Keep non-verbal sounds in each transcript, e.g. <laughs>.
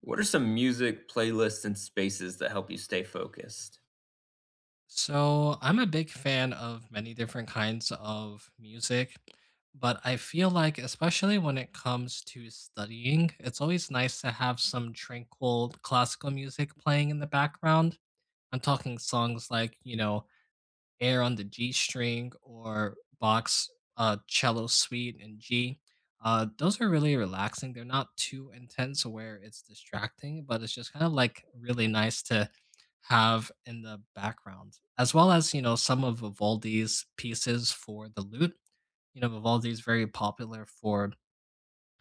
What are some music playlists and spaces that help you stay focused? So, I'm a big fan of many different kinds of music, but I feel like, especially when it comes to studying, it's always nice to have some tranquil classical music playing in the background. I'm talking songs like, you know, air on the G string or box, cello suite in G. Those are really relaxing. They're not too intense where it's distracting, but it's just kind of like really nice to have in the background, as well as, you know, some of Vivaldi's pieces for the lute. You know, Vivaldi is very popular for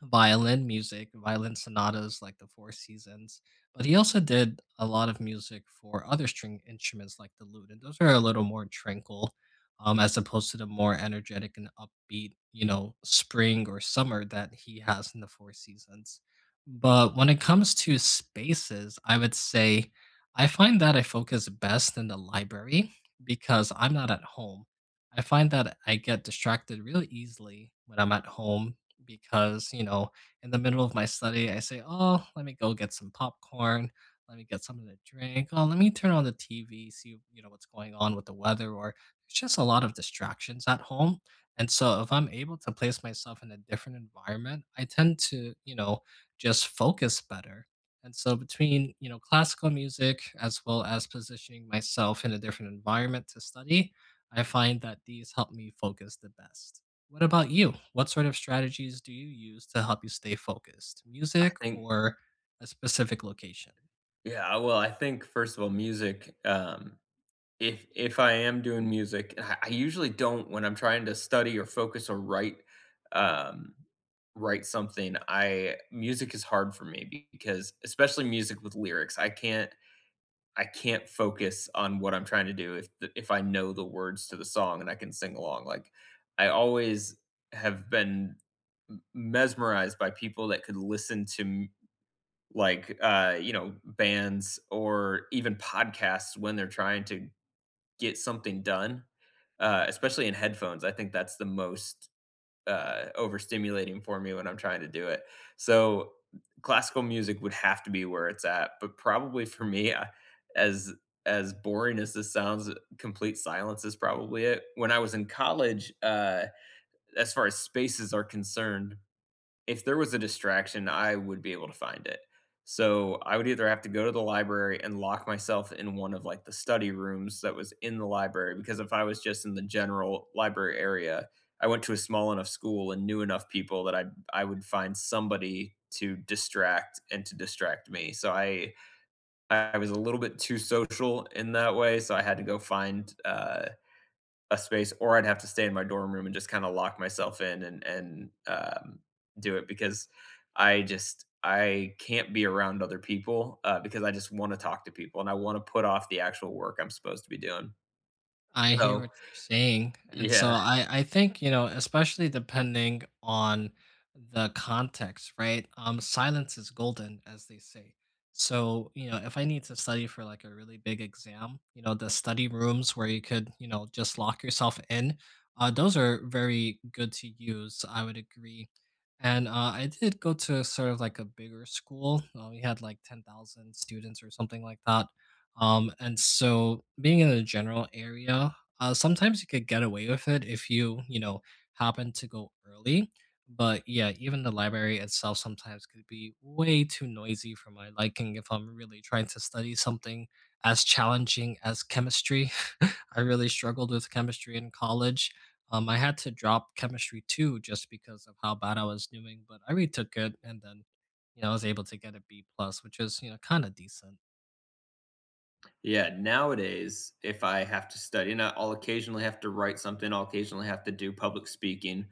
violin music, violin sonatas like the Four Seasons, but he also did a lot of music for other string instruments like the lute, and those are a little more tranquil, as opposed to the more energetic and upbeat, you know, spring or summer that he has in the Four Seasons. But when it comes to spaces, I would say I find that I focus best in the library because I'm not at home. I find that I get distracted really easily when I'm at home because, you know, in the middle of my study, I say, "Oh, let me go get some popcorn. Let me get something to drink. Oh, let me turn on the TV, see, you know, what's going on with the weather." Or there's just a lot of distractions at home. And so if I'm able to place myself in a different environment, I tend to, you know, just focus better. And so between, you know, classical music as well as positioning myself in a different environment to study, I find that these help me focus the best. What about you? What sort of strategies do you use to help you stay focused? I Music think or a specific location? Yeah, well, I think first of all, music, if I am doing music, I usually don't when I'm trying to study or focus or um write something. I Music is hard for me because especially music with lyrics, I can't focus on what I'm trying to do if if I know the words to the song and I can sing along. Like I always have been mesmerized by people that could listen to like bands or even podcasts when they're trying to get something done, especially in headphones. I think that's the most overstimulating for me when I'm trying to do it. So classical music would have to be where it's at, but probably for me, as as boring as this sounds, complete silence is probably it. When I was in college, as far as spaces are concerned, if there was a distraction, I would be able to find it. So I would either have to go to the library and lock myself in one of, like, the study rooms that was in the library, because if I was just in the general library area, I went to a small enough school and knew enough people that I would find somebody to distract and to distract me. So I was a little bit too social in that way, so I had to go find, a space, or I'd have to stay in my dorm room and just kinda lock myself in, and do it because I can't be around other people, because I just wanna talk to people and I wanna put off the actual work I'm supposed to be doing. I hear So what you're saying. And so yeah, I think, you know, especially depending on the context, right? Silence is golden, as they say. So, you know, if I need to study for like a really big exam, you know, the study rooms where you could, you know, just lock yourself in, those are very good to use. I would agree. And I did go to sort of like a bigger school. We had like 10,000 students or something like that. And so being in the general area, sometimes you could get away with it if you, you know, happen to go early. But yeah, even the library itself sometimes could be way too noisy for my liking if I'm really trying to study something as challenging as chemistry. <laughs> I really struggled with chemistry in college. I had to drop chemistry too just because of how bad I was doing, but I retook it and then, you know, I was able to get a B plus, which is, you know, kind of decent. yeah, nowadays, if I have to study, and I'll occasionally have to write something, I'll occasionally have to do public speaking,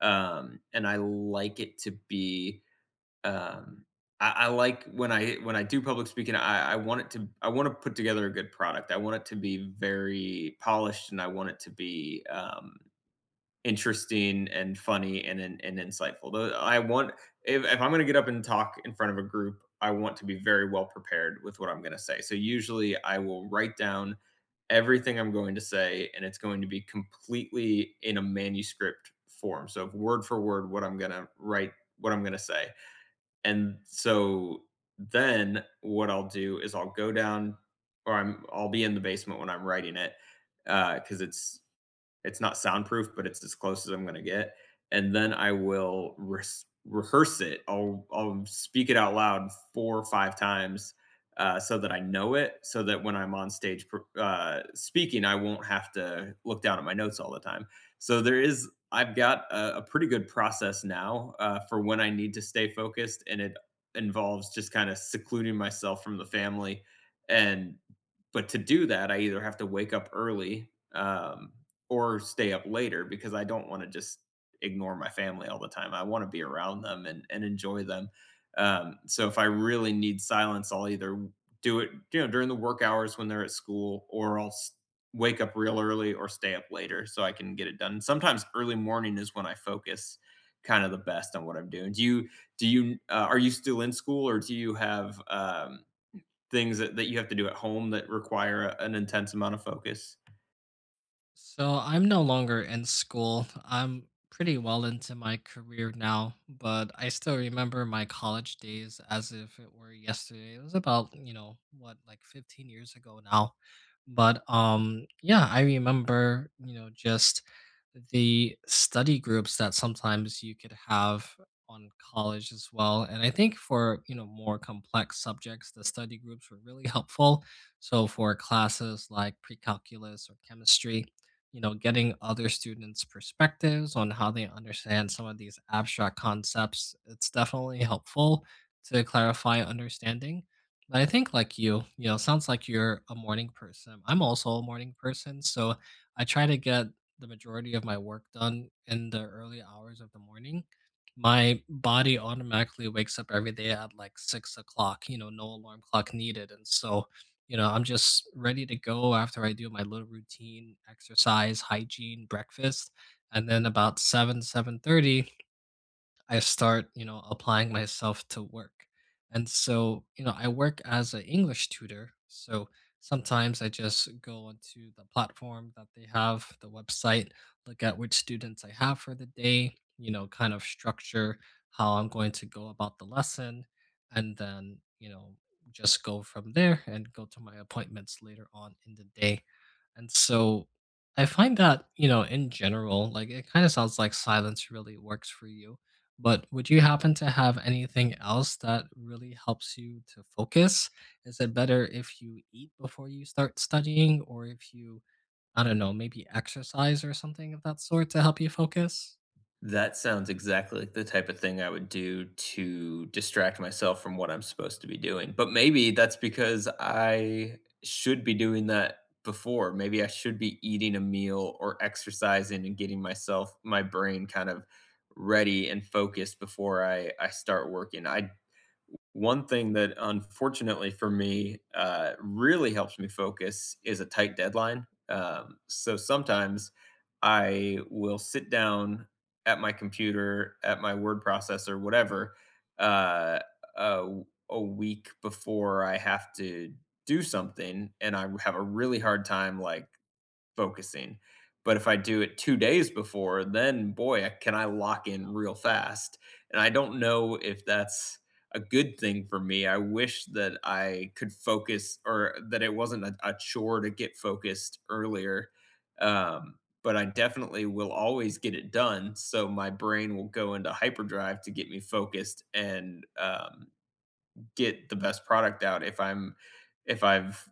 and I like it to be. Um, I like when I do public speaking, I want to put together a good product. I want it to be very polished, and I want it to be, interesting and funny and insightful. Though I want if I'm going to get up and talk in front of a group, I want to be very well prepared with what I'm going to say. So usually, I will write down everything I'm going to say, and it's going to be completely in a manuscript form. So word for word, what I'm going to say. And so then what I'll do is I'll go down or I'm I'll be in the basement when I'm writing it, because it's not soundproof, but it's as close as I'm going to get. And then I will rehearse it. I'll speak it out loud four or five times, so that I know it, so that when I'm on stage, speaking, I won't have to look down at my notes all the time. I've got a pretty good process now, for when I need to stay focused, and it involves just kind of secluding myself from the family. And but to do that, I either have to wake up early, or stay up later because I don't want to just ignore my family all the time. I want to be around them and enjoy them. So if I really need silence, I'll either do it, during the work hours when they're at school, or I'll wake up real early or stay up later so I can get it done. Sometimes early morning is when I focus kind of the best on what I'm doing. Are you still in school, or do you have, things that you have to do at home that require an intense amount of focus? So I'm no longer in school. I'm pretty well into my career now, but I still remember my college days as if it were yesterday. It was about, you know, what, like 15 years ago now. But yeah, I remember, you know, just the study groups that sometimes you could have on college as well. And I think for, you know, more complex subjects, the study groups were really helpful. So for classes like pre-calculus or chemistry, you know, getting other students' perspectives on how they understand some of these abstract concepts, it's definitely helpful to clarify understanding. But I think like you know, sounds like you're a morning person. I'm also a morning person, so I try to get the majority of my work done in the early hours of the morning. My body automatically wakes up every day at like 6 o'clock, you know, no alarm clock needed. And so, you know, I'm just ready to go after I do my little routine, exercise, hygiene, breakfast. And then about 7:30, I start, you know, applying myself to work. And so, you know, I work as an English tutor. So sometimes I just go onto the platform that they have, the website, look at which students I have for the day, you know, kind of structure how I'm going to go about the lesson, and then, you know, just go from there and go to my appointments later on in the day. And so I find that, you know, in general, like it kind of sounds like silence really works for you but would you happen to have anything else that really helps you to focus? Is it better if you eat before you start studying, or if you, I don't know, maybe exercise or something of that sort to help you focus? That sounds exactly like the type of thing I would do to distract myself from what I'm supposed to be doing. But maybe that's because I should be doing that before. Maybe I should be eating a meal or exercising and getting myself, my brain kind of ready and focused before I start working. I One thing that unfortunately for me, really helps me focus is a tight deadline. So sometimes I will sit down at my computer, at my word processor, whatever, uh, a, a week before I have to do something, and I have a really hard time like focusing. But if I do it 2 days before, then boy, I lock in real fast, and I don't know if that's a good thing for me. I wish that I could focus or that it wasn't a chore to get focused earlier, but I definitely will always get it done, so my brain will go into hyperdrive to get me focused and get the best product out if I've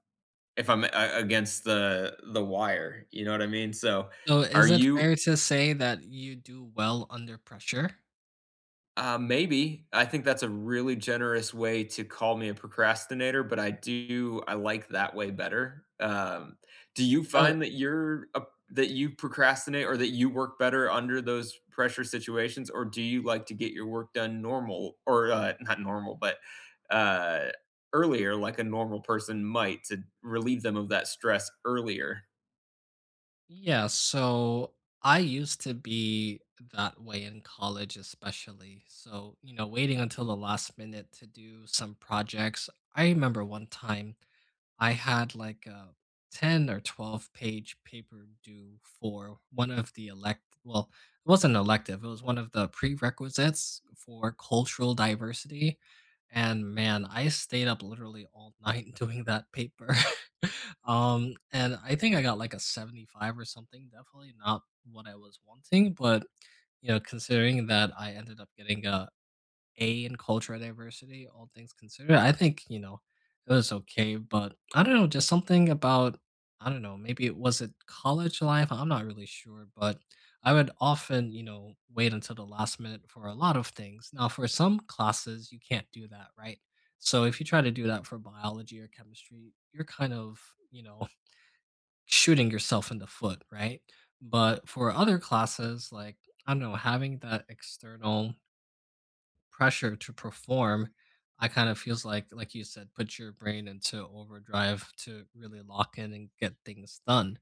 if I'm against the wire, you know what I mean? So, So, are is it you fair to say that you do well under pressure? Maybe. I think that's a really generous way to call me a procrastinator, but I like that way better. Do you Uh, find that you're a that you procrastinate, or that you work better under those pressure situations, or do you like to get your work done normal, or, not normal, but, uh, earlier, like a normal person might, to relieve them of that stress earlier? yeah, so I used to be that way in college, especially. So, you know, waiting until the last minute to do some projects. I remember one time I had like a 10 or 12-page paper due for one of the elect well it wasn't elective, it was one of the prerequisites for cultural diversity, and man I stayed up literally all night <laughs> doing that paper. <laughs> And I think I got like a 75 or something, definitely not what I was wanting, but you know, considering that I ended up getting a in cultural diversity, all things considered, I think, you know, it was okay, but I don't know, just something about I don't know, maybe it was it college life, I'm not really sure, but I would often, you know, wait until the last minute for a lot of things. Now, for some classes, you can't do that, right? So if you try to do that for biology or chemistry, you're kind of, you know, <laughs> shooting yourself in the foot, right? But for other classes, like I don't know, having that external pressure to perform, I kind of feels like you said, put your brain into overdrive to really lock in and get things done.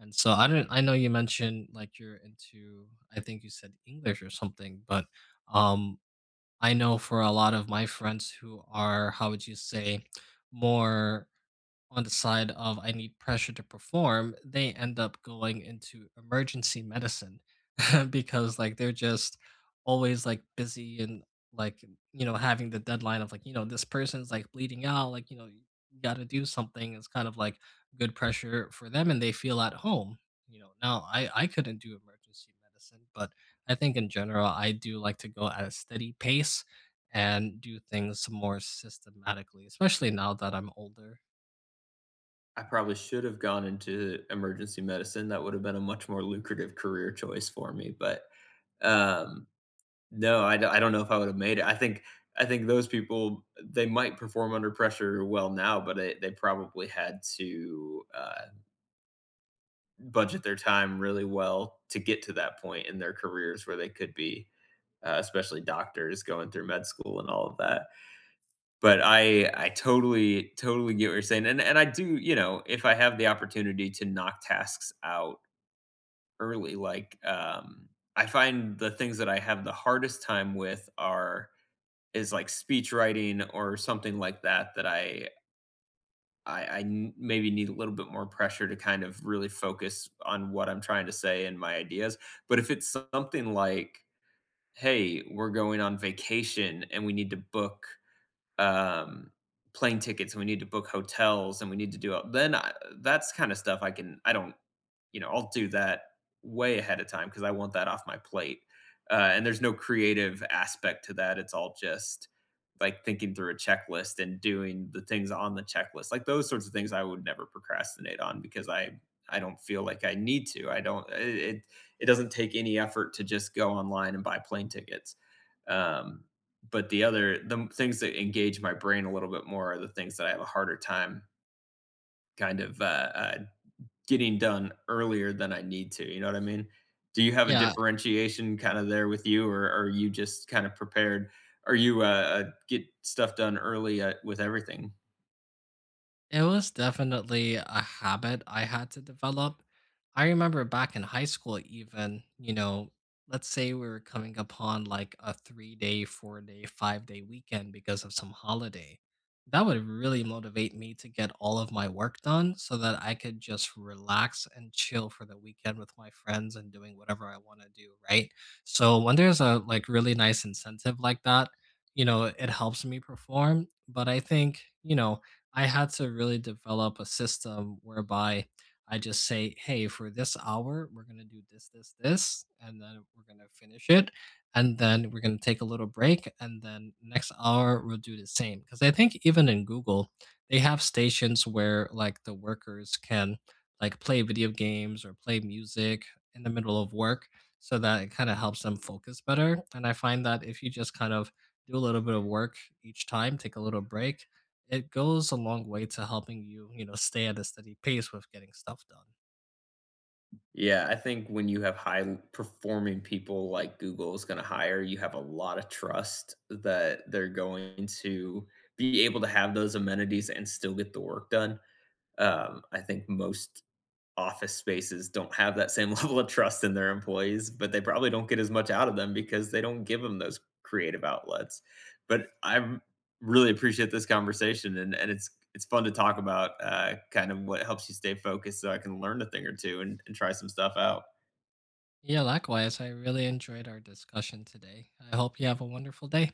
And so I don't I know you mentioned like you're into I think you said English or something, but um I know for a lot of my friends who are how would you say more on the side of I need pressure to perform, they end up going into emergency medicine <laughs> because like they're just always like busy and like you know having the deadline of like you know this person's like bleeding out like you know you got to do something, it's kind of like good pressure for them and they feel at home. You know, now I couldn't do emergency medicine, but I think in general I do like to go at a steady pace and do things more systematically, especially now that I'm older. I probably should have gone into emergency medicine. That would have been a much more lucrative career choice for me. But um, no, I don't know if I would have made it. I think those people, they might perform under pressure well now, but they probably had to, budget their time really well to get to that point in their careers where they could be, especially doctors going through med school and all of that. But I totally, totally get what you're saying, and I do, you know, if I have the opportunity to knock tasks out early, like, I find the things that I have the hardest time with are is like speech writing or something like that that I n maybe need a little bit more pressure to kind of really focus on what I'm trying to say and my ideas. But if it's something like, "Hey, we're going on vacation and we need to book" um, plane tickets, and we need to book hotels, and we need to do all, then I that's kinda stuff I don't, you know, I'll do that way ahead of time because I want that off my plate. And there's no creative aspect to that. It's all just like thinking through a checklist and doing the things on the checklist. Like those sorts of things I would never procrastinate on because I don't feel like I need to. I don't it it, it doesn't take any effort to just go online and buy plane tickets. Um but the things that engage my brain a little bit more are the things that I have a harder time kind of, uh getting done earlier than I need to, you know what I mean? Do you have a Yeah, differentiation kinda there with you, or are you just kinda prepared? Are you, get stuff done early, with everything? it was definitely a habit I had to develop. I remember back in high school, even, you know, let's say we were coming upon like a 3 day, 4 day, 5 day weekend because of some holiday. That would really motivate me to get all of my work done so that I could just relax and chill for the weekend with my friends and doing whatever I want to do. Right. So when there's a like really nice incentive like that, you know, it helps me perform. But I think, you know, I had to really develop a system whereby I just say, hey, for this hour, we're going to do this, this, this, and then we're going to finish it. And then we're going to take a little break. And then next hour, we'll do the same. Because I think even in Google, they have stations where like the workers can like play video games or play music in the middle of work so that it kind of helps them focus better. And I find that if you just kind of do a little bit of work each time, take a little break, it goes a long way to helping you, you know, stay at a steady pace with getting stuff done. Yeah, I think when you have high performing people like Google is gonna hire, you have a lot of trust that they're going to be able to have those amenities and still get the work done. I think most office spaces don't have that same <laughs> level of trust in their employees, but they probably don't get as much out of them because they don't give them those creative outlets. But I really appreciate this conversation, and it's fun to talk about, kind of what helps you stay focused so I can learn a thing or two and try some stuff out. Yeah, likewise, I really enjoyed our discussion today. I hope you have a wonderful day.